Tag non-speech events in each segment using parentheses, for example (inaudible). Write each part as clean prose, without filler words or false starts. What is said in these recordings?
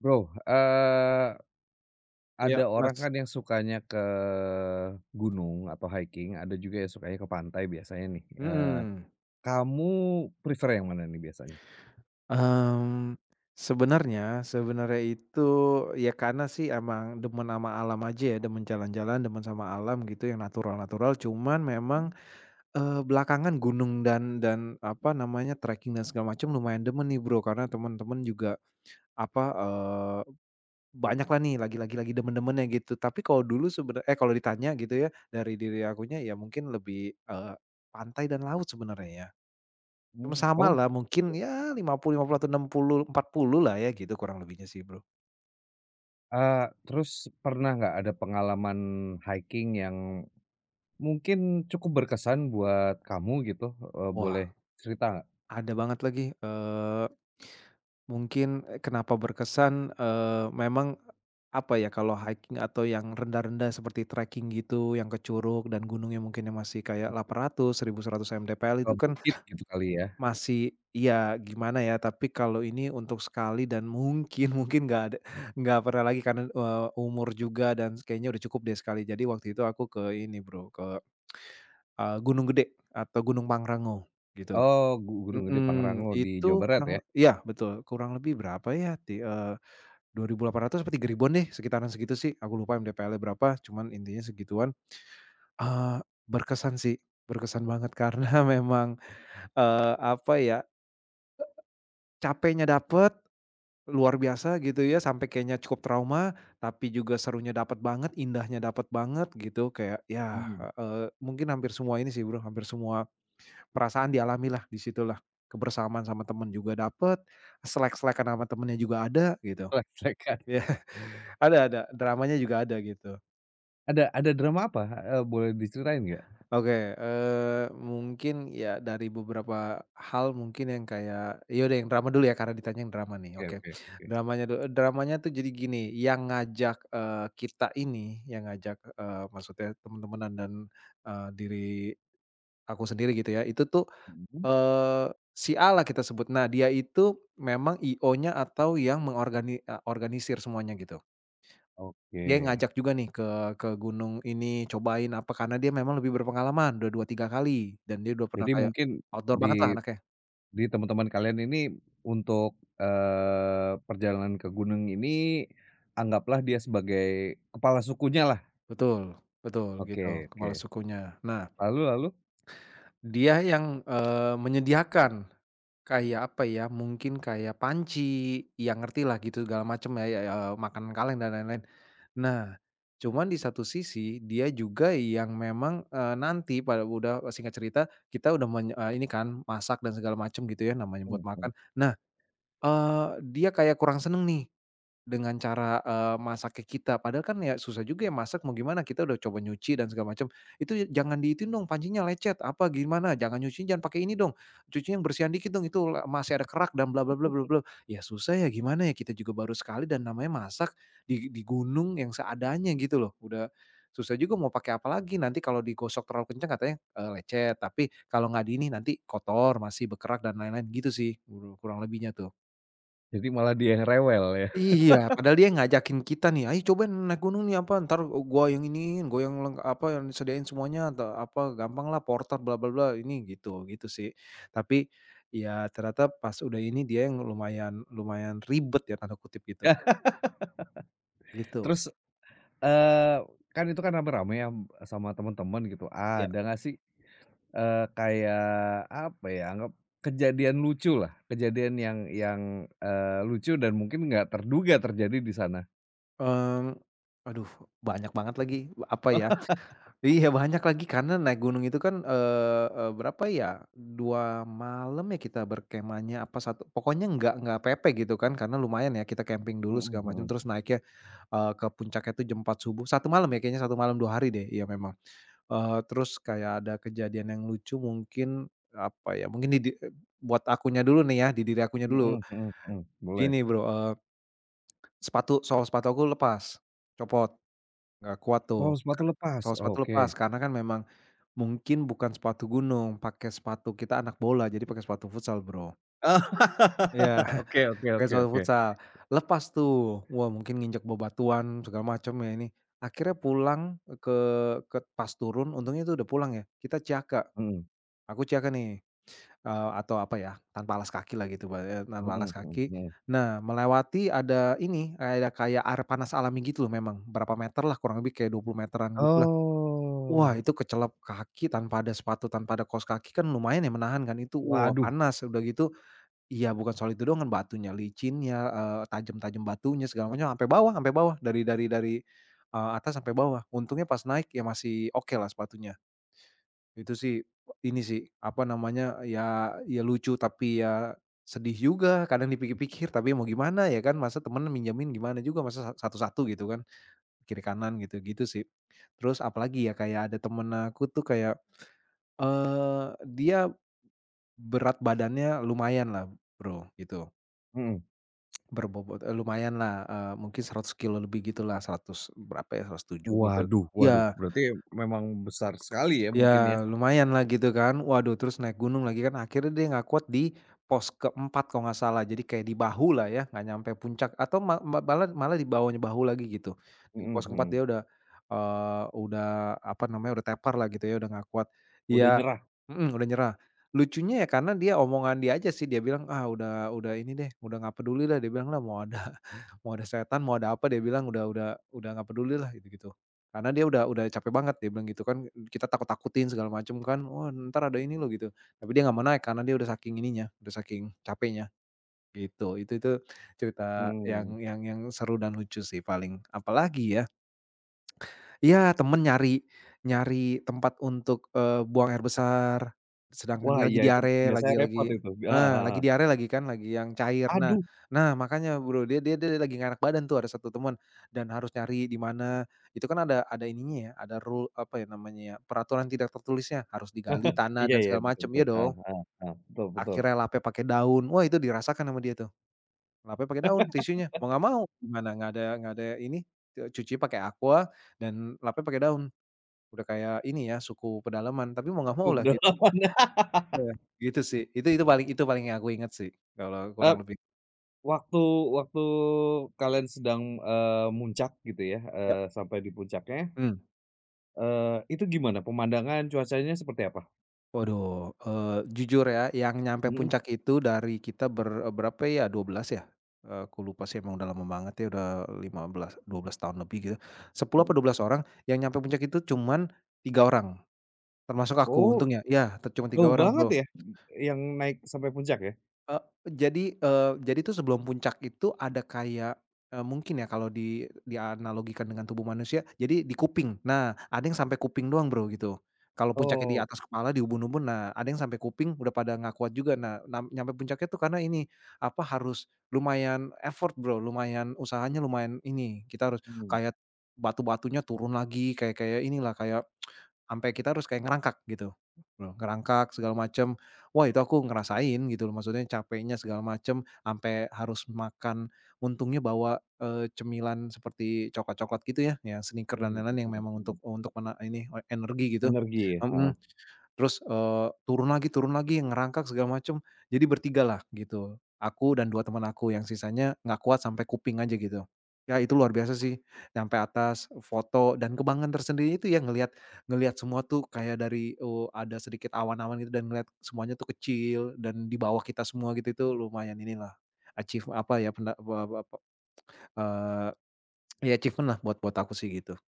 Bro, eee, ada Iya, orang Mas. kan yang sukanya ke gunung atau hiking, ada juga yang sukanya ke pantai biasanya nih, Mhm. kamu prefer yang mana nih biasanya? mmm, sebenarnya sebenarnya itu, ya karena sih emang demen sama alam aja ya, demen jalan-jalan, demen sama alam gitu yang natural-natural. Cuman memang, Mmm, belakangan gunung dan apa namanya, trekking dan segala macam lumayan demen nih, Bro, karena temen-temen juga apa, banyaklah nih lagi-lagi demen-demennya gitu. Tapi kalau dulu kalau ditanya gitu ya, dari diri akunya ya mungkin lebih, pantai dan laut sebenarnya ya. Cuma mmm. sama Oh, lah mungkin ya, 50-50, atau 60-40 lah ya gitu, kurang lebihnya sih, Bro. eee, terus pernah nggak ada pengalaman hiking yang mungkin cukup berkesan buat kamu gitu, boleh Wah. cerita nggak? Ada banget lagi, mungkin, kenapa berkesan, memang apa ya, kalau hiking atau yang rendah-rendah seperti trekking gitu yang ke Curug dan gunungnya mungkin yang masih kayak 800, 1.100 mdpl Ke itu kan bukit gitu kali ya? masih, iya gimana ya, tapi kalau ini untuk sekali dan mungkin (laughs) mungkin nggak pernah lagi karena, umur juga dan kayaknya udah cukup deh sekali. Jadi waktu itu aku ke ini Bro, ke, Gunung Gede atau Gunung Pangrango gitu. Oh, Gunung Gede Mhm, Pangrango di Jawa itu Barat kurang, ya? iya betul, kurang lebih berapa ya Rp2.800 apa rp 3.000 deh, sekitaran segitu sih, aku lupa MDPL-nya berapa, cuman intinya segituan. Eee, berkesan sih, berkesan banget (laughs) karena memang, apa ya, capeknya dapet, luar biasa gitu ya, sampai kayaknya cukup trauma, tapi juga serunya dapet banget, indahnya dapet banget gitu, kayak ya, Mmm. Mungkin hampir semua ini sih Bro, hampir semua perasaan dialamilah di situlah. Kebersamaan sama temen juga dapet, selek-selekan sama temennya juga ada gitu. (laughs) (laughs) Iya, dramanya juga ada gitu. Ada drama apa? Heeh, boleh diceritain nggak? Oke, mungkin ya dari beberapa hal mungkin yang kayak ya udah, yang drama dulu ya, karena ditanya yang drama nih, Oke, oke. oke, oke. Dramanya dulu, dramanya tuh jadi gini, yang ngajak, kita ini, yang ngajak, maksudnya teman temenan dan, diri aku sendiri gitu ya, itu tuh, Mhm, eee, si A lah kita sebut. Nah, dia itu memang IO-nya atau yang mengorganisir semuanya gitu. oke. Dia ngajak juga nih ke gunung ini, cobain apa, karena dia memang lebih berpengalaman, udah 2 3 kali, dan dia udah pernah Jadi kayak mungkin outdoor banget lah di anaknya. di teman-teman kalian ini untuk, perjalanan ke gunung ini anggaplah dia sebagai kepala sukunya lah. Betul, betul, gitu, Oke, oke. kepala sukunya. Nah, Lalu lalu? dia yang, menyediakan kayak, apa ya, mungkin kayak panci, yang ngerti lah gitu segala macem ya, ya, makanan kaleng dan lain-lain. Nah, cuman di satu sisi dia juga yang memang, nanti, pada udah singkat cerita, kita udah ini kan masak dan segala macem gitu ya, namanya buat Mhm, makan. mhm. Nah, dia kayak kurang seneng nih dengan cara, masaknya kita, padahal kan ya susah juga ya masak mau gimana, kita udah coba nyuci dan segala macam, "Itu ya jangan diituin dong, pancinya lecet," apa, "gimana, jangan pakai ini dong, cucinya yang bersihan dikit dong, itu la masih ada kerak dan bla bla bla bla bla." Ya susah ya gimana ya, kita juga baru sekali dan namanya masak di gunung yang seadanya gitu loh, udah susah juga mau pakai apa lagi, nanti kalau digosok terlalu kencang katanya, lecet, tapi kalau nggak di ini nanti kotor, masih berkerak dan lain-lain, gitu sih kurang lebihnya tuh. Jadi malah dia yang rewel ya? Iya, padahal dia ngajakin kita nih, "Ayo coba naik gunung nih apa, ntar gua yang iniin, gua yang yang sediain semuanya, atau apa, gampang lah porter bla bla bla ini," gitu, gitu sih. Tapi, ya ternyata pas udah ini dia yang lumayan lumayan "ribet" ya tanda kutip (laughs) gitu, Yah, gitu. terus, eee, kan itu kan rame-rame ya sama teman-teman gitu. Ah, Ya, ada nggak sih, kayak apa ya, anggap kejadian lucu lah, kejadian yang, lucu dan mungkin nggak terduga terjadi di sana? mmm, aduh, banyak banget lagi, apa ya, iya banyak lagi karena naik gunung itu kan, eee eee, berapa ya, 2 malam ya kita berkemahnya apa satu, pokoknya nggak pepeh gitu kan, karena lumayan ya kita camping dulu Mhm, segala macam mhm. terus naiknya, ke puncaknya itu jam 4 subuh, satu malam ya kayaknya, satu malam 2 hari deh, iya memang, terus kayak ada kejadian yang lucu mungkin, apa ya, mungkin di buat akunya dulu nih ya, di diri akunya dulu Mhm, mhm, mhm, boleh. gini Bro, sepatu, sol sepatu aku lepas, copot, nggak kuat Oh, tuh sepatu lepas? sol sepatu lepas Oke. karena kan memang, mungkin bukan sepatu gunung, pakai sepatu kita anak bola, jadi pakai sepatu futsal, Bro. (laughs) Oh, Iya, oke, (laughs) oke, pakai oke, sepatu oke. futsal. Lepas tuh, wah mungkin nginjek bebatuan segala macam ya ini. Akhirnya pulang ke pas turun, untungnya itu udah pulang ya, kita Ciaka. Mhm, Aku Ciaka nih, atau apa ya, tanpa alas kaki lah gitu, Mbak, ya, tanpa mhm, alas mhm, kaki. mhm. Nah, melewati ada ini, ada kayak air panas alami gitu loh memang, berapa meter lah kurang lebih kayak 20 meteran gitu. Wah, Oh, itu kecelap kaki tanpa ada sepatu, tanpa ada kaos kaki kan lumayan ya menahan kan itu. Wah, waduh, panas, udah gitu iya, bukan soal itu doang, kan batunya licinnya, tajam-tajam batunya segala macam, sampai bawah, sampai bawah atas sampai bawah. Untungnya pas naik ya masih okelah sepatunya. Itu sih, ini sih, apa namanya, ya ya lucu tapi ya sedih juga kadang dipikir-pikir, tapi mau gimana ya kan masa temen minjemin gimana juga, masa satu-satu gitu kan, kiri kanan gitu, gitu sih. Terus apalagi ya, kayak ada temen aku tuh kayak, dia berat badannya lumayan lah, Bro, gitu. mhm, Berbobot lumayan lah, mungkin 100 kilo lebih gitulah, 100 berapa ya, 107, apa, waduh, waduh, iya. berarti memang besar sekali ya mungkin ya? Ya lumayan lah gitu kan. Waduh, terus naik gunung lagi kan, akhirnya dia nggak kuat di pos keempat kalau nggak salah. Jadi kayak di bahu lah ya, nggak nyampe puncak atau ma ma malah malah di bawahnya bahu lagi gitu. Di Mhm, pos keempat dia mhm, udah, udah apa namanya, udah tepar lah gitu ya, udah nggak kuat. udah Iya, nyerah? mhm, udah nyerah. Lucunya ya karena dia omongan dia aja sih, dia bilang, "Ah udah ini deh, udah nggak peduli lah," dia bilang, "lah mau ada, mau ada setan, mau ada apa," dia bilang udah nggak peduli lah gitu-gitu. Karena dia udah capek banget dia bilang gitu kan, kita takut-takutin segala macam kan, "Wah ntar ada ini loh," gitu. Tapi dia nggak mau naik karena dia udah saking ininya, udah saking capeknya gitu. Itu cerita yang Mhm. Seru dan lucu sih paling. Apalagi ya? Iya, temen nyari nyari tempat untuk, buang air besar, sedangkan Wah, dia lagi iya itu diare, biasanya lagi repot itu, (laughs) heeh, nah, lagi heeh. diare lagi kan, lagi yang cair. Nah, Aduh, nah, makanya Bro, dia dia dia lagi nggak enak badan tuh, ada satu temen dan harus nyari di mana. Itu kan ada ininya ya, ada rule, apa ya namanya ya, peraturan tidak tertulisnya, harus digali tanah iya, dan iya, segala betul, macem, betul, iya heeh, dong. heeh, heeh, betul, betul. Akhirnya lapnya pakai daun, wah itu dirasakan sama dia tuh, lapnya pakai daun, tisunya, mau nggak mau, gimana, nggak ada ini, cuci pakai Aqua dan lapnya pakai daun. Udah kayak ini ya, suku pedalaman, tapi mau nggak mau lah gitu Betul. ya, gitu sih. Itu paling yang aku ingat sih, kalau Heeh. kurang (laughs) lebih, Waktu waktu kalian sedang, muncak gitu ya, ya, sampai di puncaknya, mhm. eee, itu gimana pemandangan, cuacanya seperti apa? Waduh, eee, jujur ya, yang nyampe Mhm, puncak itu dari kita berapa ya, 12 ya? Aku lupa sih emang udah lama banget ya, udah 15 12 tahun lebih gitu. 10 mhm. apa 12 orang, yang nyampe puncak itu cuman 3 orang, termasuk aku Oh, untungnya. Iya, te cuma jauh 3 orang, banget Bro. ya, yang naik sampai puncak ya? Eee, jadi, jadi tuh sebelum puncak itu ada kayak, mungkin ya kalau di dianalogikan dengan tubuh manusia, jadi di kuping. Nah, ada yang sampai kuping doang, Bro, gitu. Kalau puncaknya di Oh, atas kepala, di ubun-ubun, nah ada yang sampai kuping udah pada nggak kuat juga. Nah, nyampe puncaknya tuh karena ini, apa, harus lumayan effort, Bro, lumayan usahanya lumayan ini, kita harus mhm, kayak batu-batunya turun lagi, kayak kayak inilah, kayak sampai kita harus kayak ngerangkak gitu, loh, ngerangkak segala macem. Wah, itu aku ngerasain gitu loh, maksudnya capeknya segala macem, sampai harus makan, untungnya bawa, cemilan seperti coklat-coklat gitu ya, ya Snickers dan mhm, lain-lain yang memang mhm, mhm. Untuk mena ini, energi gitu. Energi ya, heeh. Mhm. Terus, turun lagi, turun lagi, ngerangkak segala macem. Jadi bertiga lah gitu, aku dan 2 teman aku, yang sisanya nggak kuat sampai kuping aja gitu. Ya itu luar biasa sih. Sampai atas, foto dan kebanggaan tersendiri itu ya, ngelihat ngelihat semua tuh kayak dari, ada sedikit awan-awan gitu, dan ngelihat semuanya tuh kecil dan di bawah kita semua gitu, itu lumayan inilah, achieve apa ya, penda ba ba pa eee, ya achievement lah buat buat aku sih gitu,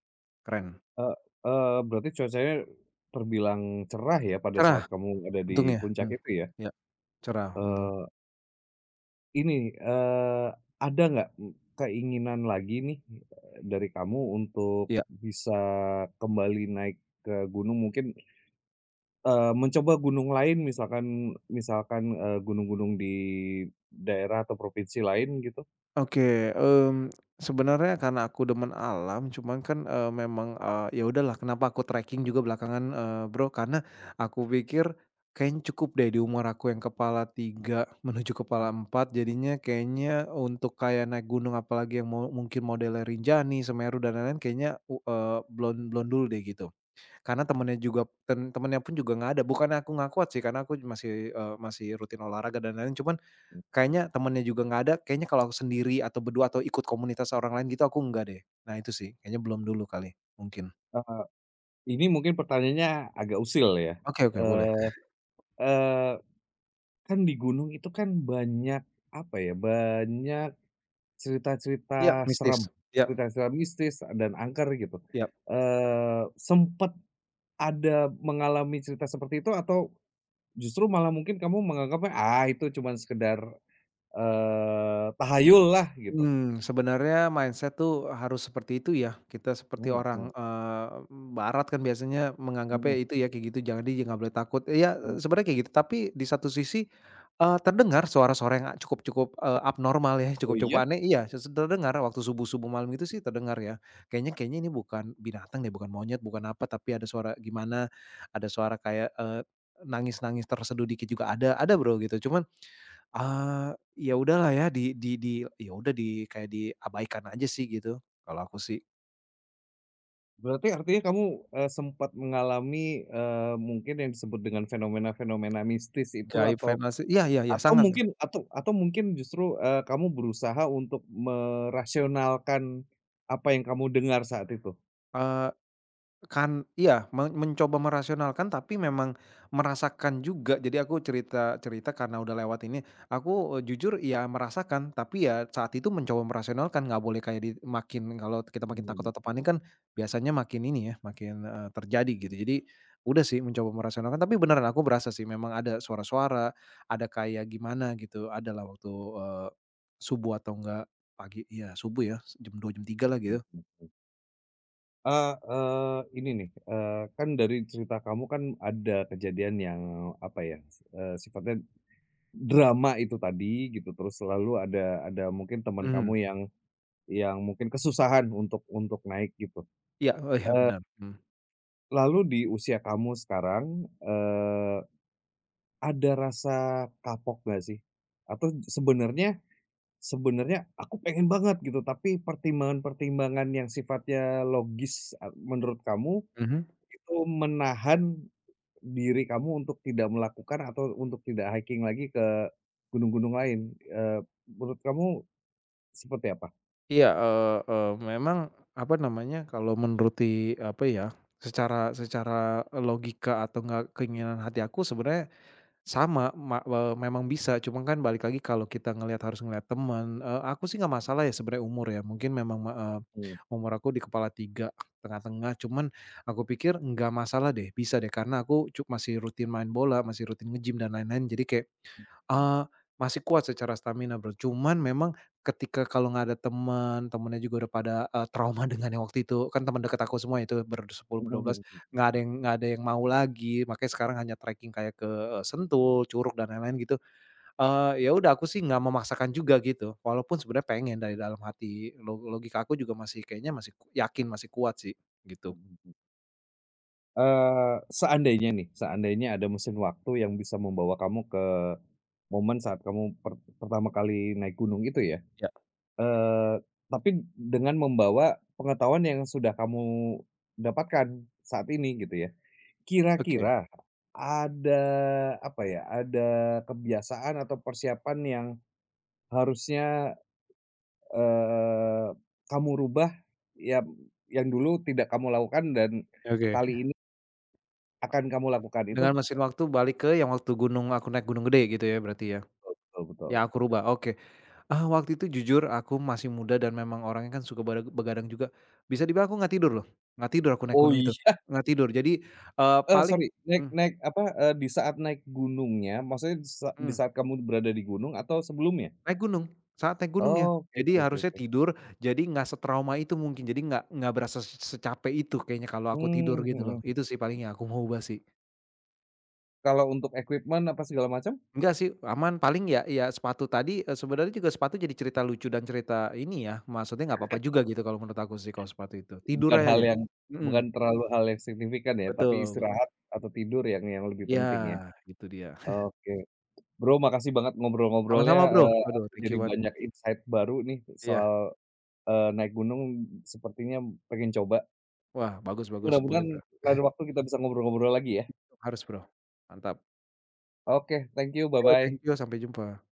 keren. Eee eee, Berarti cuacanya terbilang cerah ya pada Cerah saat kamu ada di untungnya, puncak itu ya? iya cerah untung, Eee Ini, ada nggak, keinginan lagi nih, dari kamu untuk iya. bisa kembali naik ke gunung mungkin, mencoba gunung lain misalkan misalkan, gunung-gunung di daerah atau provinsi lain gitu? Oke, sebenarnya karena aku demen alam, cuman kan, memang, ya udahlah kenapa aku trekking juga belakangan, Bro, karena aku pikir kayaknya cukup deh di umur aku yang kepala 3 menuju kepala 4, jadinya kayaknya untuk kayak naik gunung apalagi yang mau mungkin modelnya Rinjani, Semeru dan lain-lain, kayaknya belum belum dulu deh gitu. Karena temennya pun juga nggak ada, bukannya aku nggak kuat sih, karena aku masih rutin olahraga dan lain-lain, cuman. Kayaknya temennya juga nggak ada, kayaknya kalau aku sendiri atau berdua atau ikut komunitas orang lain gitu aku nggak deh. Nah itu sih, kayaknya belum dulu kali, mungkin. Heeh, ini mungkin pertanyaannya agak usil ya. Oke, oke, boleh. Eee eee, Kan di gunung itu kan banyak apa ya, banyak Iya, cerita-cerita mistis. serem, Iya, cerita-cerita mistis dan angker gitu, iya. Sempet ada mengalami cerita seperti itu atau justru malah mungkin kamu menganggapnya, ah, itu cuman sekedar, tahayul lah gitu? Hmm, sebenarnya mindset tuh harus seperti itu ya. Kita seperti Mhm, orang, mhm, eee, barat kan biasanya menganggapnya mhm, itu ya kayak gitu, jangan nggak boleh takut. Iya, mhm. sebenarnya kayak gitu, tapi di satu sisi, terdengar suara-suara yang cukup cukup, abnormal ya, Oh cukup-cukup iya? aneh iya, terdengar waktu subuh-subuh malam itu sih terdengar ya. Kayaknya kayaknya ini bukan binatang deh, bukan monyet, bukan apa, tapi ada suara gimana, ada suara kayak, nangis-nangis terseduh dikit juga ada Bro, gitu. Cuman. Ya udahlah ya di ya udah kayak diabaikan aja sih gitu, kalau aku sih. Berarti artinya kamu, sempat mengalami, mungkin yang disebut dengan fenomena-fenomena mistis itu Gaib atau fantasi iya, iya, iya, atau sangat, Kak. mungkin atau atau mungkin justru, kamu berusaha untuk merasionalkan apa yang kamu dengar saat itu? Eee Kan iya, mencoba merasionalkan tapi memang merasakan juga. Jadi aku cerita cerita karena udah lewat ini, aku, jujur ya merasakan, tapi ya saat itu mencoba merasionalkan, nggak boleh kayak makin kalau kita makin takut Mmm, atau panik kan biasanya makin ini ya, makin, terjadi gitu. Jadi udah sih mencoba merasionalkan, tapi beneran aku berasa sih memang ada suara-suara, ada kayak gimana gitu, adalah waktu, eee, subuh atau enggak pagi iya subuh ya, jam 2 jam 3 lah gitu. mhm. Eee eee, Ini nih, kan dari cerita kamu kan ada kejadian yang apa ya, sifatnya drama itu tadi gitu, terus selalu ada mungkin teman Mhm. kamu yang mungkin kesusahan untuk naik gitu. Iya, oh iya benar. Mhm. Lalu di usia kamu sekarang, ada rasa kapok nggak sih? Atau sebenarnya sebenarnya aku pengen banget gitu, tapi pertimbangan-pertimbangan yang sifatnya logis, menurut kamu Mhm? itu menahan diri kamu untuk tidak melakukan atau untuk tidak hiking lagi ke gunung-gunung lain, menurut kamu seperti apa? Iya, eee eee, memang apa namanya, kalau menuruti apa ya, secara secara logika atau enggak keinginan hati aku sebenarnya sama, memang bisa cuma kan balik lagi kalau kita ngelihat harus ngelihat teman, aku sih nggak masalah ya sebenarnya umur ya mungkin memang Mmm, umur aku di kepala 3, tengah-tengah cuman aku pikir nggak masalah deh bisa deh karena aku masih rutin main bola, masih rutin nge-gym dan lain-lain jadi kayak. mhm, Eee, Masih kuat secara stamina, Bro, cuman memang ketika kalau nggak ada teman, temennya juga udah pada, trauma (laughs) dengan yang waktu itu, kan teman dekat aku semua itu bersepuluh mhm, berdua belas, mhm, mhm. Nggak ada yang mau lagi, makanya sekarang hanya trekking kayak ke, Sentul, Curug dan lain-lain gitu. Ya udah aku sih nggak memaksakan juga gitu, walaupun sebenarnya pengen dari dalam hati, logika aku juga masih kayaknya masih yakin masih kuat sih, gitu. Mhm, seandainya nih, seandainya ada mesin waktu yang bisa membawa kamu ke momen saat kamu pertama kali naik gunung itu ya, Ya. eee, tapi dengan membawa pengetahuan yang sudah kamu dapatkan saat ini gitu ya, Oke, kira-kira ada, apa ya, ada kebiasaan atau persiapan yang harusnya, eee, kamu rubah, ya yang dulu tidak kamu lakukan dan oke, kali ini akan kamu lakukan, itu. dengan mesin waktu balik ke yang waktu gunung aku naik Gunung Gede gitu ya berarti ya? Betul, betul, betul. Yang aku rubah, oke. Ah, waktu itu jujur aku masih muda dan memang orangnya kan suka begadang juga. Bisa dibilang aku nggak tidur loh, nggak tidur aku naik Oh gunung itu, iya, nggak tidur. Jadi, (laughs) eh, paling sorry, naik mmm, naik apa, di saat naik gunungnya, maksudnya di sa di mhm, saat kamu berada di gunung atau sebelumnya? naik gunung, saat naik gunungnya. Oh, oke, Jadi oke, oke, harusnya oke. tidur, jadi nggak setrauma itu mungkin, jadi nggak berasa secapek itu kayaknya kalau aku tidur Mmm, gitu loh. mhm. Itu sih paling yang aku mau ubah sih. Kalau untuk equipment apa segala macam? Enggak sih, aman paling ya sepatu tadi, sebenarnya juga sepatu jadi cerita lucu dan cerita ini ya, maksudnya nggak apa-apa juga gitu kalau menurut aku sih kalau sepatu itu. Tidur Bukan hal aja. yang Mhm, bukan terlalu hal yang signifikan ya, tapi betul. istirahat atau tidur yang lebih Iya, penting ya. itu dia. Oke, Bro, makasih banget ngobrol-ngobrolnya, Sama-sama, Bro. Waduh, aku thank jadi you banget. banyak insight baru nih soal, Iya. Naik gunung sepertinya pengen coba. Wah, bagus bagus. Boleh, Mudah-mudahan Bro. lain waktu kita bisa ngobrol-ngobrol lagi ya. Harus, Bro. Mantap. Oke, thank you, Yo, thank bye-bye. you, sampai jumpa.